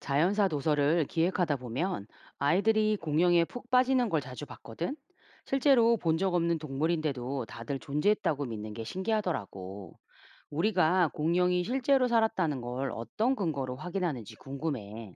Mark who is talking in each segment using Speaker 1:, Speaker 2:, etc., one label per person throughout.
Speaker 1: 자연사 도서를 기획하다 보면 아이들이 공룡에 푹 빠지는 걸 자주 봤거든? 실제로 본 적 없는 동물인데도 다들 존재했다고 믿는 게 신기하더라고. 우리가 공룡이 실제로 살았다는 걸 어떤 근거로 확인하는지 궁금해.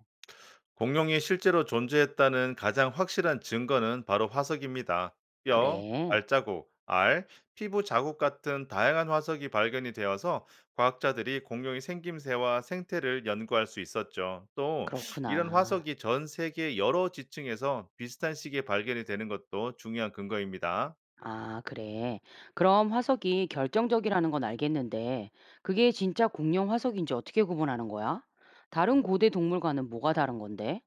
Speaker 2: 공룡이 실제로 존재했다는 가장 확실한 증거는 바로 화석입니다. 뼈,
Speaker 1: 그래,
Speaker 2: 발자국, 알, 피부 자국 같은 다양한 화석이 발견이 되어서 과학자들이 공룡의 생김새와 생태를 연구할 수 있었죠. 또 이런
Speaker 1: 그렇구나.
Speaker 2: 화석이 전 세계 여러 지층에서 비슷한 시기에 발견이 되는 것도 중요한 근거입니다.
Speaker 1: 아, 그래. 그럼 화석이 결정적이라는 건 알겠는데, 그게 진짜 공룡 화석인지 어떻게 구분하는 거야? 다른 고대 동물과는 뭐가 다른 건데?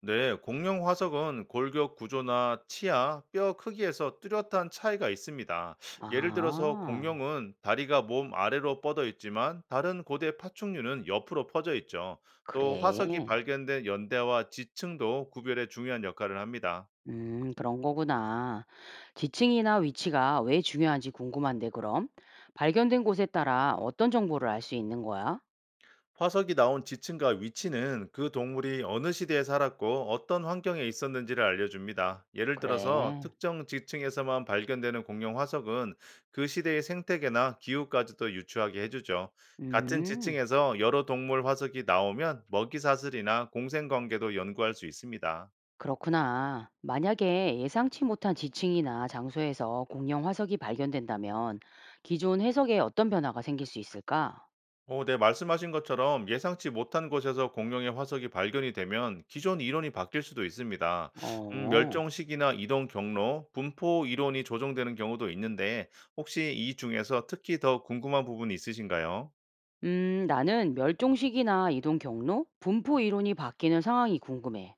Speaker 2: 네, 공룡 화석은 골격 구조나 치아, 뼈 크기에서 뚜렷한 차이가 있습니다. 예를 들어서
Speaker 1: 아,
Speaker 2: 공룡은 다리가 몸 아래로 뻗어 있지만 다른 고대 파충류는 옆으로 퍼져 있죠. 또 화석이
Speaker 1: 그래.
Speaker 2: 발견된 연대와 지층도 구별에 중요한 역할을 합니다.
Speaker 1: 그런 거구나. 지층이나 위치가 왜 중요한지 궁금한데, 그럼? 발견된 곳에 따라 어떤 정보를 알 수 있는 거야?
Speaker 2: 화석이 나온 지층과 위치는 그 동물이 어느 시대에 살았고 어떤 환경에 있었는지를 알려줍니다. 예를 들어서
Speaker 1: 그래.
Speaker 2: 특정 지층에서만 발견되는 공룡 화석은 그 시대의 생태계나 기후까지도 유추하게 해주죠. 같은
Speaker 1: 음,
Speaker 2: 지층에서 여러 동물 화석이 나오면 먹이 사슬이나 공생 관계도 연구할 수 있습니다.
Speaker 1: 그렇구나. 만약에 예상치 못한 지층이나 장소에서 공룡 화석이 발견된다면 기존 해석에 어떤 변화가 생길 수 있을까?
Speaker 2: 어, 네, 말씀하신 것처럼 예상치 못한 곳에서 공룡의 화석이 발견이 되면 기존 이론이 바뀔 수도 있습니다.
Speaker 1: 어,
Speaker 2: 멸종 시기나 이동 경로, 분포 이론이 조정되는 경우도 있는데 혹시 이 중에서 특히 더 궁금한 부분이 있으신가요?
Speaker 1: 나는 멸종 시기나 이동 경로, 분포 이론이 바뀌는 상황이 궁금해.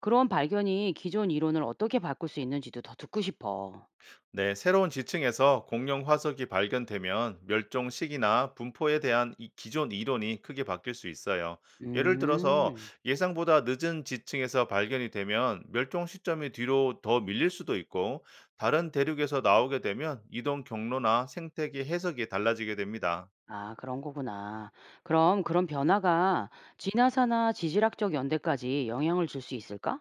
Speaker 1: 그런 발견이 기존 이론을 어떻게 바꿀 수 있는지도 더 듣고 싶어.
Speaker 2: 네, 새로운 지층에서 공룡 화석이 발견되면 멸종 시기나 분포에 대한 이 기존 이론이 크게 바뀔 수 있어요. 예를 들어서
Speaker 1: 음.
Speaker 2: 예상보다 늦은 지층에서 발견이 되면 멸종 시점이 뒤로 더 밀릴 수도 있고 다른 대륙에서 나오게 되면 이동 경로나 생태계 해석이 달라지게 됩니다.
Speaker 1: 아, 그런 거구나. 그럼 그런 변화가 진화사나 지질학적 연대까지 영향을 줄 수 있을까?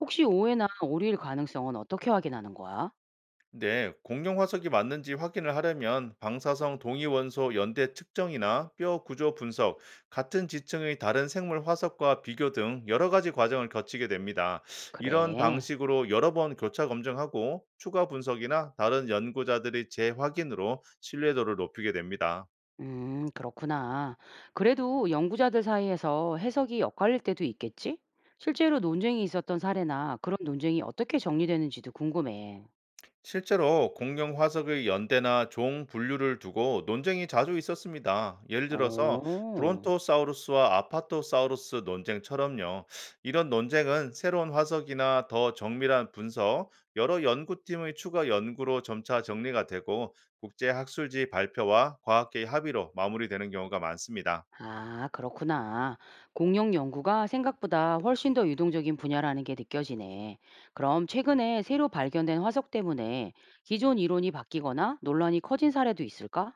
Speaker 1: 혹시 오해나 오류일 가능성은 어떻게 확인하는 거야?
Speaker 2: 네, 공룡 화석이 맞는지 확인을 하려면 방사성 동위원소 연대 측정이나 뼈 구조 분석, 같은 지층의 다른 생물 화석과 비교 등 여러 가지 과정을 거치게 됩니다. 이런
Speaker 1: 그래.
Speaker 2: 방식으로 여러 번 교차 검증하고 추가 분석이나 다른 연구자들의 재확인으로 신뢰도를 높이게 됩니다.
Speaker 1: 그렇구나. 그래도 연구자들 사이에서 해석이 엇갈릴 때도 있겠지? 실제로 논쟁이 있었던 사례나 그런 논쟁이 어떻게 정리되는지도 궁금해.
Speaker 2: 실제로 공룡 화석의 연대나 종 분류를 두고 논쟁이 자주 있었습니다. 예를 들어서
Speaker 1: 오.
Speaker 2: 브론토사우루스와 아파토사우루스 논쟁처럼요. 이런 논쟁은 새로운 화석이나 더 정밀한 분석, 여러 연구팀의 추가 연구로 점차 정리가 되고 국제 학술지 발표와 과학계의 합의로 마무리되는 경우가 많습니다.
Speaker 1: 아, 그렇구나. 공룡 연구가 생각보다 훨씬 더 유동적인 분야라는 게 느껴지네. 그럼 최근에 새로 발견된 화석 때문에 기존 이론이 바뀌거나 논란이 커진 사례도 있을까?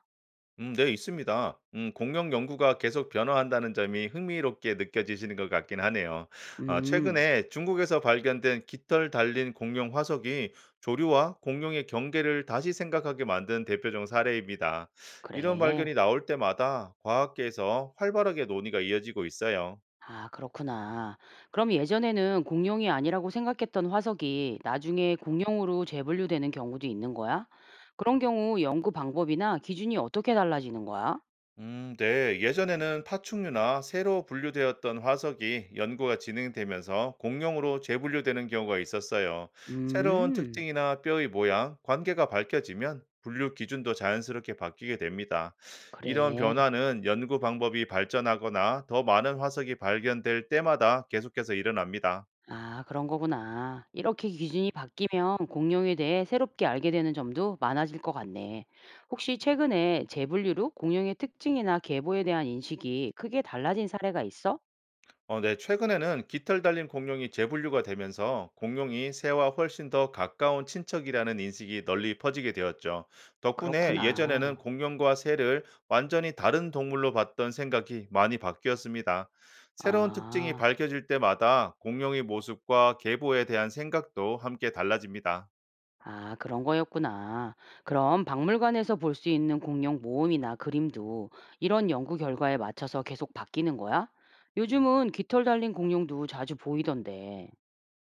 Speaker 2: 네, 있습니다. 공룡 연구가 계속 변화한다는 점이 흥미롭게 느껴지시는 것 같긴 하네요. 아,
Speaker 1: 음,
Speaker 2: 최근에 중국에서 발견된 깃털 달린 공룡 화석이 조류와 공룡의 경계를 다시 생각하게 만든 대표적 사례입니다. 이런
Speaker 1: 그래.
Speaker 2: 발견이 나올 때마다 과학계에서 활발하게 논의가 이어지고 있어요.
Speaker 1: 아, 그렇구나. 그럼 예전에는 공룡이 아니라고 생각했던 화석이 나중에 공룡으로 재분류되는 경우도 있는 거야? 그런 경우 연구 방법이나 기준이 어떻게 달라지는 거야?
Speaker 2: 네. 예전에는 파충류나 새로 분류되었던 화석이 연구가 진행되면서 공룡으로 재분류되는 경우가 있었어요. 새로운
Speaker 1: 음,
Speaker 2: 특징이나 뼈의 모양, 관계가 밝혀지면 분류 기준도 자연스럽게 바뀌게 됩니다. 이런
Speaker 1: 그래.
Speaker 2: 변화는 연구 방법이 발전하거나 더 많은 화석이 발견될 때마다 계속해서 일어납니다.
Speaker 1: 아, 그런 거구나. 이렇게 기준이 바뀌면 공룡에 대해 새롭게 알게 되는 점도 많아질 것 같네. 혹시 최근에 재분류로 공룡의 특징이나 계보에 대한 인식이 크게 달라진 사례가 있어?
Speaker 2: 어, 네. 최근에는 깃털 달린 공룡이 재분류가 되면서 공룡이 새와 훨씬 더 가까운 친척이라는 인식이 널리 퍼지게 되었죠. 덕분에
Speaker 1: 그렇구나.
Speaker 2: 예전에는 공룡과 새를 완전히 다른 동물로 봤던 생각이 많이 바뀌었습니다. 새로운 특징이
Speaker 1: 아,
Speaker 2: 밝혀질 때마다 공룡의 모습과 계보에 대한 생각도 함께 달라집니다.
Speaker 1: 아, 그런 거였구나. 그럼 박물관에서 볼 수 있는 공룡 모음이나 그림도 이런 연구 결과에 맞춰서 계속 바뀌는 거야? 요즘은 깃털 달린 공룡도 자주 보이던데.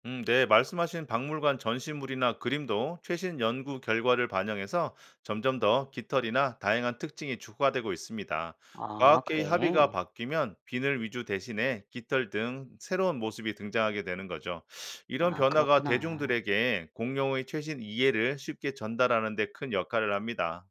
Speaker 2: 네, 말씀하신 박물관 전시물이나 그림도 최신 연구 결과를 반영해서 점점 더 깃털이나 다양한 특징이 추가되고 있습니다.
Speaker 1: 아,
Speaker 2: 과학계의 합의가
Speaker 1: 그래.
Speaker 2: 바뀌면 비늘 위주 대신에 깃털 등 새로운 모습이 등장하게 되는 거죠. 이런
Speaker 1: 아,
Speaker 2: 변화가
Speaker 1: 그렇구나.
Speaker 2: 대중들에게 공룡의 최신 이해를 쉽게 전달하는 데 큰 역할을 합니다.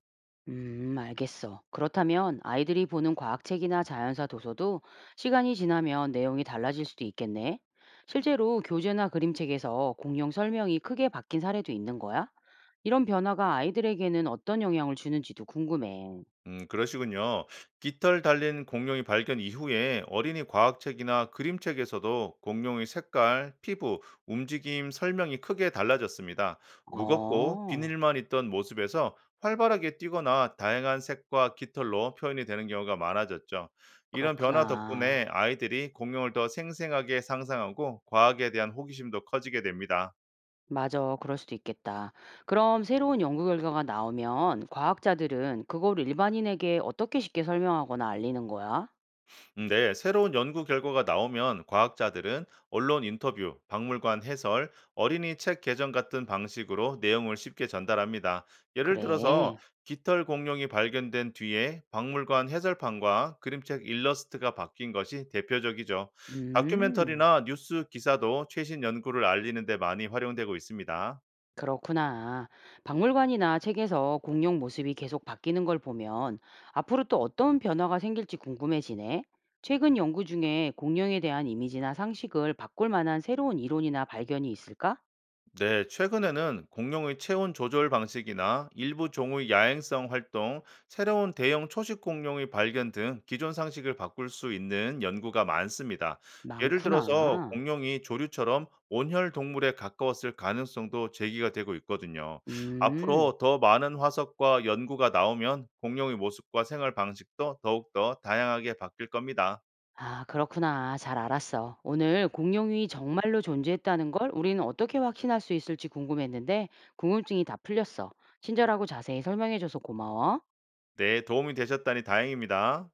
Speaker 1: 알겠어. 그렇다면 아이들이 보는 과학책이나 자연사 도서도 시간이 지나면 내용이 달라질 수도 있겠네. 실제로 교재나 그림책에서 공용 설명이 크게 바뀐 사례도 있는 거야? 이런 변화가 아이들에게는 어떤 영향을 주는지도 궁금해.
Speaker 2: 그러시군요. 깃털 달린 공룡이 발견 이후에 어린이 과학책이나 그림책에서도 공룡의 색깔, 피부, 움직임 설명이 크게 달라졌습니다. 무겁고
Speaker 1: 어,
Speaker 2: 비늘만 있던 모습에서 활발하게 뛰거나 다양한 색과 깃털로 표현이 되는 경우가 많아졌죠. 이런 변화 덕분에
Speaker 1: 그렇구나.
Speaker 2: 아이들이 공룡을 더 생생하게 상상하고 과학에 대한 호기심도 커지게 됩니다.
Speaker 1: 맞아, 그럴 수도 있겠다. 그럼 새로운 연구 결과가 나오면 과학자들은 그걸 일반인에게 어떻게 쉽게 설명하거나 알리는 거야?
Speaker 2: 네, 새로운 연구 결과가 나오면 과학자들은 언론 인터뷰, 박물관 해설, 어린이 책 개정 같은 방식으로 내용을 쉽게 전달합니다. 예를 들어서
Speaker 1: 그래.
Speaker 2: 깃털 공룡이 발견된 뒤에 박물관 해설판과 그림책 일러스트가 바뀐 것이 대표적이죠.
Speaker 1: 음.
Speaker 2: 다큐멘터리나 뉴스 기사도 최신 연구를 알리는 데 많이 활용되고 있습니다.
Speaker 1: 그렇구나. 박물관이나 책에서 공룡 모습이 계속 바뀌는 걸 보면 앞으로 또 어떤 변화가 생길지 궁금해지네. 최근 연구 중에 공룡에 대한 이미지나 상식을 바꿀 만한 새로운 이론이나 발견이 있을까?
Speaker 2: 네, 최근에는 공룡의 체온 조절 방식이나 일부 종의 야행성 활동, 새로운 대형 초식 공룡의 발견 등 기존 상식을 바꿀 수 있는 연구가 많습니다. 예를 들어서
Speaker 1: 많구나.
Speaker 2: 공룡이 조류처럼 온혈 동물에 가까웠을 가능성도 제기가 되고 있거든요.
Speaker 1: 음.
Speaker 2: 앞으로 더 많은 화석과 연구가 나오면 공룡의 모습과 생활 방식도 더욱더 다양하게 바뀔 겁니다.
Speaker 1: 아, 그렇구나. 잘 알았어. 오늘 공룡이 정말로 존재했다는 걸 우리는 어떻게 확신할 수 있을지 궁금했는데 궁금증이 다 풀렸어. 친절하고 자세히 설명해줘서 고마워.
Speaker 2: 네, 도움이 되셨다니 다행입니다.